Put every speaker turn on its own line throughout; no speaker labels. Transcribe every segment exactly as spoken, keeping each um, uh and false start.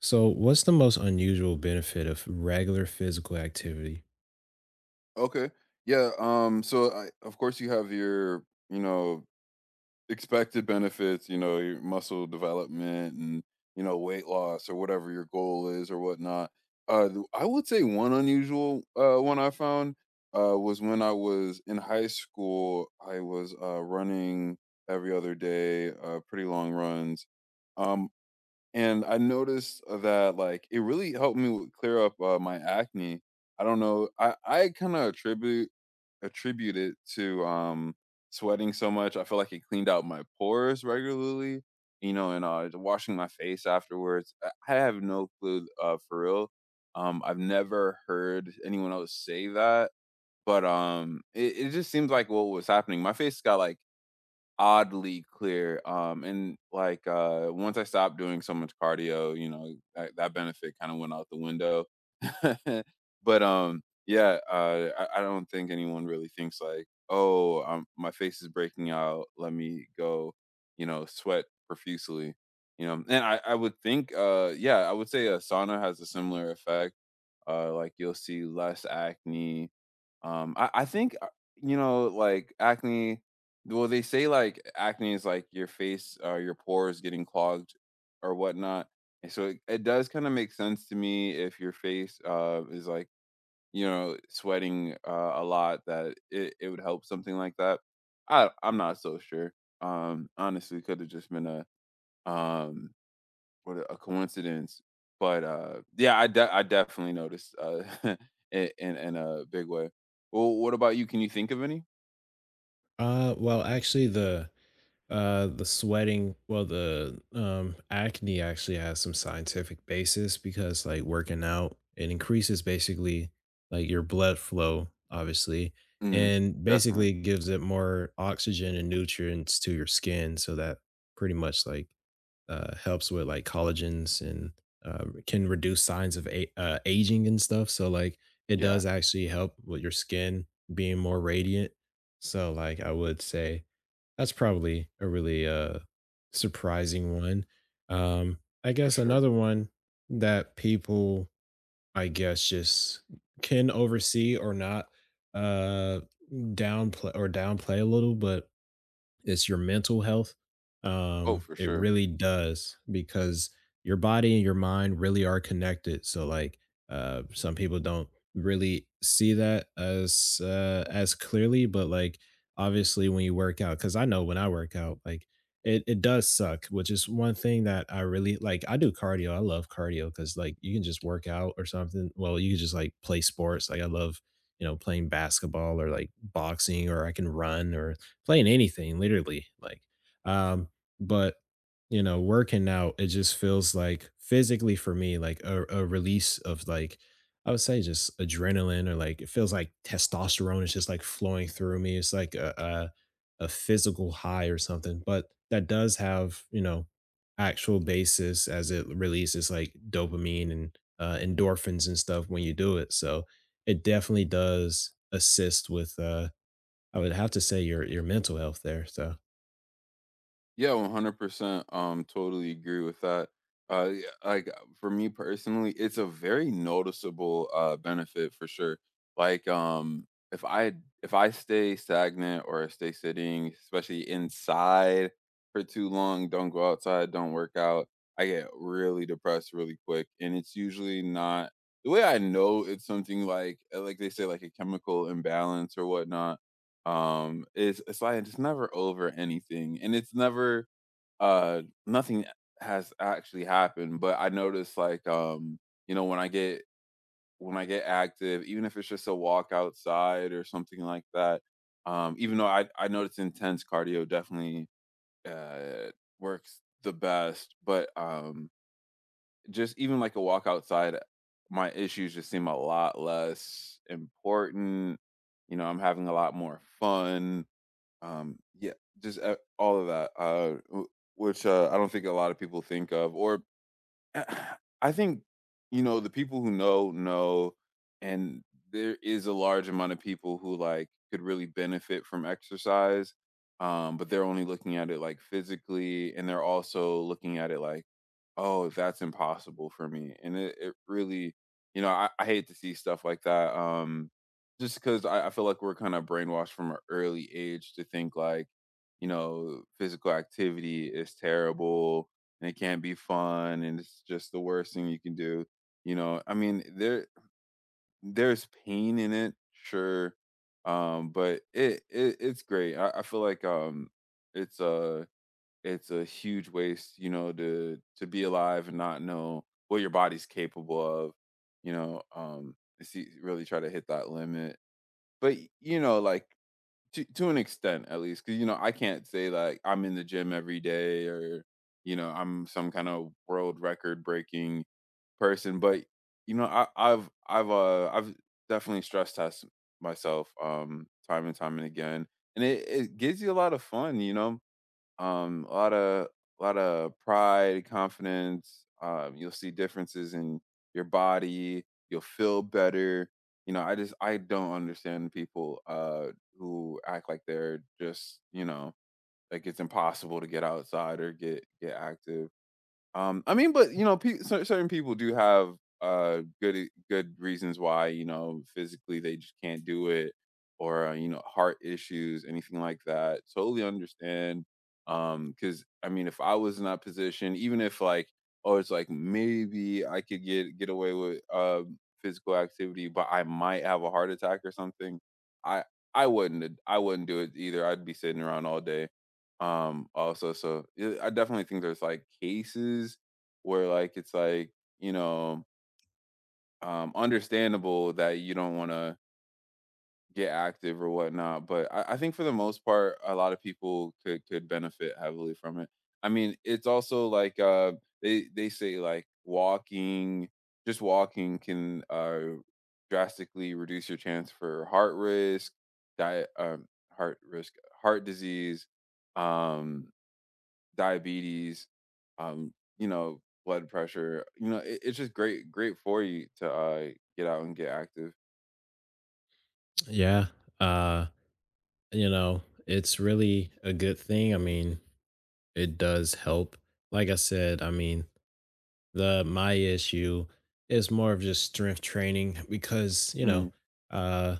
So, what's the most unusual benefit of regular physical activity?
Okay. Yeah. Um. So, I, of course, you have your, you know, expected benefits. You know, your muscle development and you know weight loss or whatever your goal is or whatnot. Uh, th- I would say one unusual uh one I found uh was when I was in high school. I was uh running every other day, uh, pretty long runs. Um, and I noticed that like it really helped me w- clear up uh, my acne. I don't know. I I kind of attribute attribute it to um sweating so much. I feel like it cleaned out my pores regularly, you know, and uh washing my face afterwards. I I have no clue uh for real. Um I've never heard anyone else say that, but um it, it just seems like what was happening. My face got like oddly clear. Um, and like uh, once I stopped doing so much cardio, you know, that, that benefit kind of went out the window. but um, yeah, uh, I, I don't think anyone really thinks like, oh, um, my face is breaking out. Let me go, you know, sweat profusely. You know, and I, I would think, uh, yeah, I would say a sauna has a similar effect, uh, like you'll see less acne. Um, I, I think uh, you know, like acne. Well, they say like acne is like your face, uh, your pores getting clogged or whatnot. And so it, it does kind of make sense to me if your face uh, is like you know sweating uh, a lot that it, it would help something like that. I I'm not so sure. Um, honestly, could have just been a um what a a coincidence. But, uh, yeah, I de I definitely noticed, uh, I in in a big way. Well, what about you? Can you think of any?
Uh, well, actually, the uh the sweating, well, the um acne actually has some scientific basis because like working out, it increases basically like your blood flow, obviously,
Mhm.
and
Definitely.
basically gives it more oxygen and nutrients to your skin, so that pretty much like uh, helps with like collagens and uh, can reduce signs of a- uh, aging and stuff. So like it
Yeah,
does actually help with your skin being more radiant. So like I would say that's probably a really uh surprising one. Um, I
for
guess
sure.
another one that people I guess just can oversee or not uh downplay or downplay a little, but it's your mental health.
Oh,
Um,
for
it
sure.
really does because your body and your mind really are connected. So like uh some people don't really see that as uh as clearly, but like obviously when you work out, because I know when I work out, like it, it does suck, which is one thing that I really like. I do cardio. I love cardio because like you can just work out or something. Well, you can just like play sports. Like I love, you know, playing basketball or like boxing or I can run or playing anything literally like um but you know working out it just feels like physically for me like a, a release of like I would say just adrenaline or like it feels like testosterone is just like flowing through me. It's like a a, a physical high or something, but that does have, you know, actual basis as it releases like dopamine and uh, endorphins and stuff when you do it. So it definitely does assist with uh I would have to say your your mental health there. So
Yeah, one hundred percent. Um, totally agree with that. Uh, yeah, like uh, for me personally, it's a very noticeable uh benefit for sure. Like, um, if I if I stay stagnant or stay sitting, especially inside for too long, don't go outside, don't work out, I get really depressed really quick, and it's usually not the way I know it's something like uh, like they say like a chemical imbalance or whatnot. Um, it's it's like it's never over anything, and it's never uh, nothing has actually happened, but I notice like, um, you know, when I get when I get active, even if it's just a walk outside or something like that, um, even though I I notice intense cardio definitely uh works the best, but um just even like a walk outside, my issues just seem a lot less important. You know, I'm having a lot more fun, um, yeah, just, uh, all of that, uh, w which, uh, I don't think a lot of people think of, or uh, I think, you know, the people who know, know, and there is a large amount of people who, like, could really benefit from exercise, um, but they're only looking at it, like, physically, and they're also looking at it like, "Oh, that's impossible for me," and it it really, you know, I I hate to see stuff like that, um, just because I I feel like we're kinda brainwashed from an early age to think, like, you know, physical activity is terrible, and it can't be fun and it's just the worst thing you can do, you know, I mean, there there's pain in it, sure, um but, it, it it's great. I, I feel like um it's a it's a huge waste, you know, to to be alive and not know what your body's capable of, you know um see really try to hit that limit. But you know like to to an extent, at least, because you know, I can't say, like, I'm in the gym every day, or, you know, I'm some kind of world record-breaking person, but, you know, I I've I've, uh, I've definitely stress test myself, um, time and time and again, and it it gives you a lot of fun, you know? Um, a lot of a lot of pride, confidence. Um, you'll see differences in your body. You'll feel better. You know, I just I don't understand people uh who act like they're just, you know, like it's impossible to get outside or get get active. Um, I mean, but you know, pe- cer- certain people do have uh good e- good reasons why, you know, physically they just can't do it, or uh, you know, heart issues, anything like that. Totally understand. Um, because I mean, if I was in that position, even if like, oh, it's like maybe I could get get away with uh physical activity, but I might have a heart attack or something. I I wouldn't I wouldn't do it either. I'd be sitting around all day, um, also, so yeah, I definitely think there's like cases where like it's like, you know, um, understandable that you don't want to get active or whatnot. But I, I think for the most part, a lot of people could could benefit heavily from it. I mean, it's also like uh they they say like walking, just walking can uh drastically reduce your chance for heart risk, diet um heart risk, heart disease, um diabetes, um, you know, blood pressure. You know, it, it's just great, great for you to, uh, get out and get active.
yeah. Uh, you know, it's really a good thing. I mean, it does help. Like I said, I mean, the my issue is more of just strength training because, you know,
Mm,
uh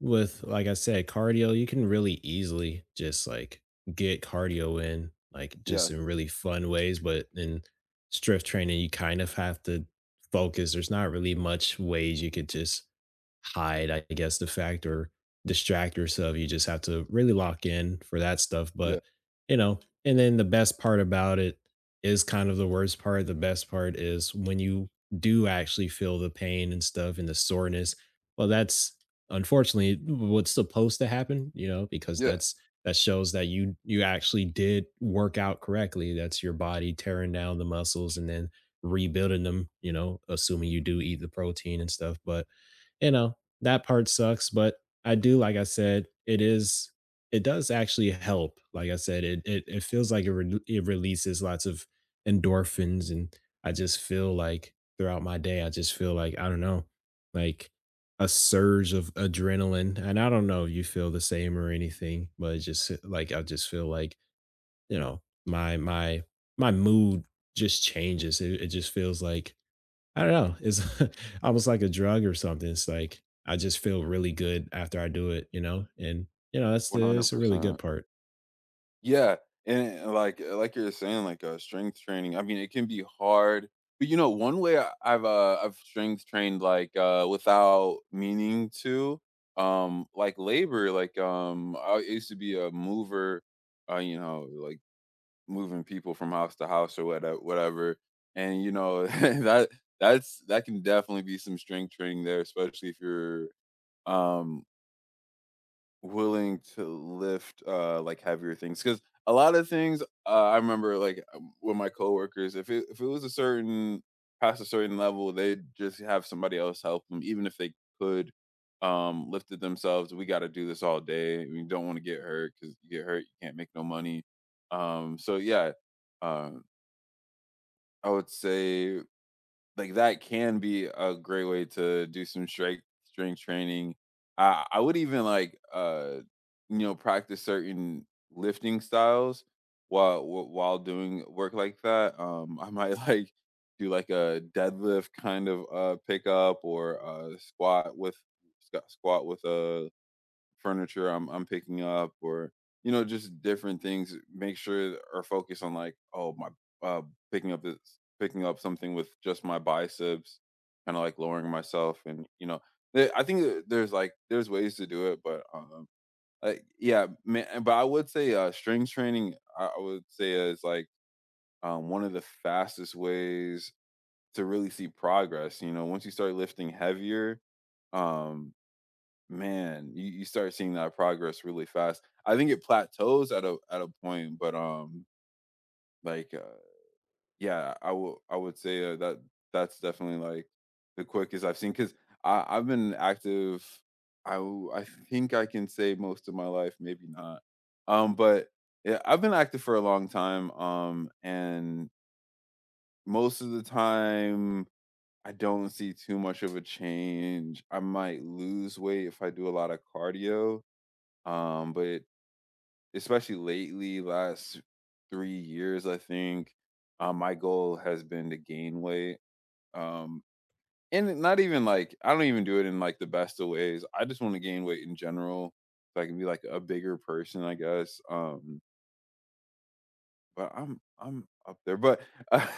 with like I said, cardio, you can really easily just like get cardio in like
yeah,
just in really fun ways, but in strength training you kind of have to focus. There's not really much ways you could just hide, I guess, the fact or distract yourself. You just have to really lock in for that stuff.
yeah,
But, you know, and then the best part about it is kind of the worst part. The best part is when you do actually feel the pain and stuff and the soreness. Well, that's unfortunately what's supposed to happen, you know, because
yeah,
that's that shows that you you actually did work out correctly. That's your body tearing down the muscles and then rebuilding them, you know, assuming you do eat the protein and stuff. But you know, that part sucks. But I do, like I said, it is it does actually help. Like I said, it it, it feels like it, re- it releases lots of endorphins. And I just feel like throughout my day, I just feel like I don't know, like a surge of adrenaline. And I don't know if you feel the same or anything, but it's just like I just feel like, you know, my my my mood just changes. It, it just feels like I don't know. It's almost like a drug or something. It's like I just feel really good after I do it, you know? And you know, that's
one
the
hundred
it's a really good
percent.
part.
Yeah, and uh, like uh, like you're saying, like uh, strength training. I mean, it can be hard, but you know, one way I- I've uh, I've strength trained like uh, without meaning to, um, like labor. Like um, I used to be a mover. Uh, you know, like moving people from house to house or whatever whatever. And you know, that that's that can definitely be some strength training there, especially if you're um willing to lift uh like heavier things. Cause a lot of things uh, I remember like um, with my coworkers, if it if it was a certain past a certain level, they'd just have somebody else help them, even if they could um lift it themselves. We gotta do this all day. We don't want to get hurt because you get hurt, you can't make no money. Um so yeah, um I would say, like, that can be a great way to do some strength strength training. I I would even, like, uh, you know, practice certain lifting styles while wh while doing work like that. Um, I might, like, do, like, a deadlift kind of, uh, pickup or a squat with sq squat with a furniture I'm I'm picking up, or you know, just different things, make sure or focus on like oh my, uh picking up this, picking up something with just my biceps, kind of like lowering myself, and you know, there- I think that there's like there's ways to do it, but um like yeah man, but I would say uh strength training, I, I would say is like um one of the fastest ways to really see progress, you know, once you start lifting heavier. um Man, you you start seeing that progress really fast. I think it plateaus at a at a point, but, um, like, uh, yeah, I will I would say, uh, that that's definitely, like, the quickest I've seen, 'cause I have seen because I I have been active, I w I think I can say most of my life, maybe not. Um, but, yeah, I've been active for a long time, um, and most of the time, I don't see too much of a change. I might lose weight if I do a lot of cardio, um but especially lately last three years I think um my goal has been to gain weight, um and not even like I don't even do it in like the best of ways, I just want to gain weight in general so I can be like a bigger person I guess. Um but I'm I'm up there, but I'm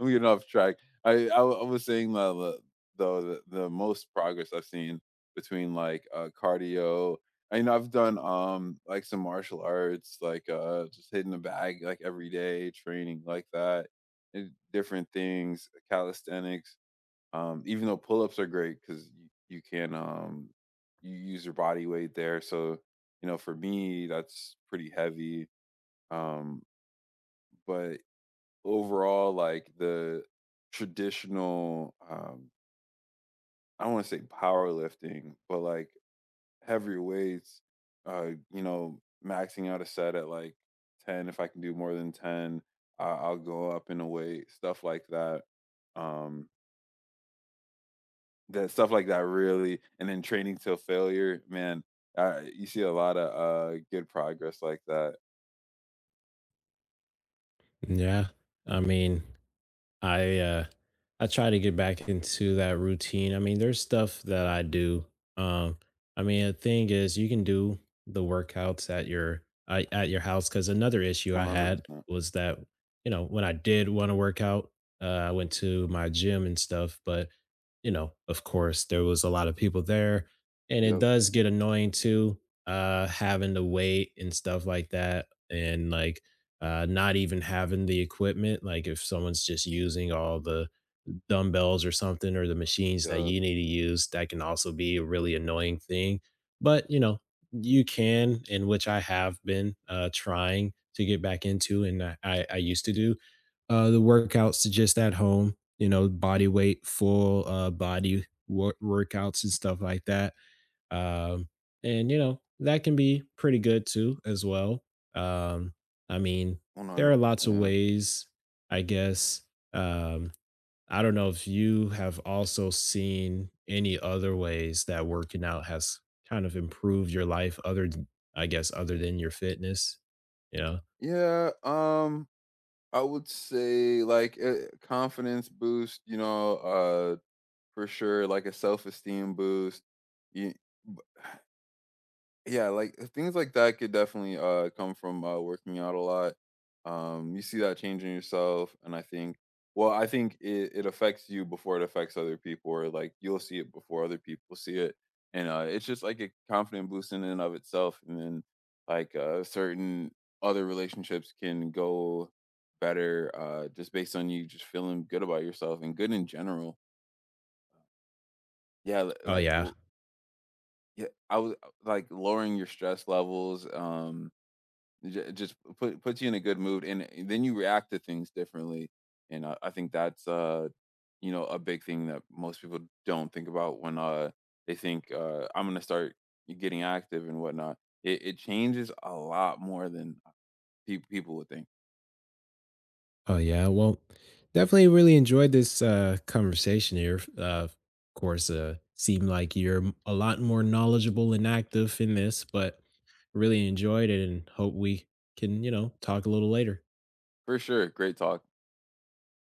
getting off track. I I, w- I was saying the the- though the, the most progress I've seen between like uh, cardio. I mean, I've done um like some martial arts, like uh just hitting the bag like every day, training like that, and different things, calisthenics. Um, even though pull ups are great because you, you can um you use your body weight there. So you know, for me, that's pretty heavy. Um, but overall like the traditional, um I don't want to say powerlifting, but like heavier weights, uh, you know, maxing out a set at like ten. If I can do more than ten, I- I'll go up in a weight, stuff like that. Um, that stuff like that really, and then training till failure, man. Uh, you see a lot of uh good progress like that.
Yeah. I mean, I uh I try to get back into that routine. I mean, there's stuff that I do. Um I mean, the thing is you can do the workouts at your I at your house cuz another issue I had
one hundred percent.
was that you know, when I did want to work out, uh, I went to my gym and stuff, but you know, of course, there was a lot of people there and it
Yep.
does get annoying too uh having to wait and stuff like that and like uh, not even having the equipment. Like if someone's just using all the dumbbells or something or the machines that
Yep.
you need to use, that can also be a really annoying thing. But you know, you can, and which I have been uh, trying to get back into, and I, I, I used to do uh, the workouts to just at home. You know, body weight, full uh, body wor- workouts and stuff like that um, and you know, that can be pretty good too as well. Um, I mean, there are lots of
one hundred percent.
ways, I guess. Um, I don't know if you have also seen any other ways that working out has kind of improved your life other than, I guess other than your fitness, you know?
Yeah. Um, I would say like a confidence boost, you know, uh for sure, like a self-esteem boost. You, yeah, like uh, things like that could definitely uh come from uh working out a lot. Um you see that change in yourself and I think well, I think it, it affects you before it affects other people, or like you'll see it before other people see it. And uh it's just like a confident boost in and of itself, and then like uh certain other relationships can go better uh just based on you just feeling good about yourself and good in general. Yeah, li-
Oh
like
yeah.
l- yeah, I was uh, like lowering your stress levels, um J- just put puts you in a good mood, and then you react to things differently. And I, I think that's uh, you know, a big thing that most people don't think about when uh they think uh I'm gonna start getting active and whatnot. It, it changes a lot more than uh, pe- people would think.
Oh yeah, well, definitely really enjoyed this uh, conversation here. Uh, of course, uh, seemed like you're m- a lot more knowledgeable and active in this, but really enjoyed it, and hope we can, you know, talk a little later.
For sure. Great talk.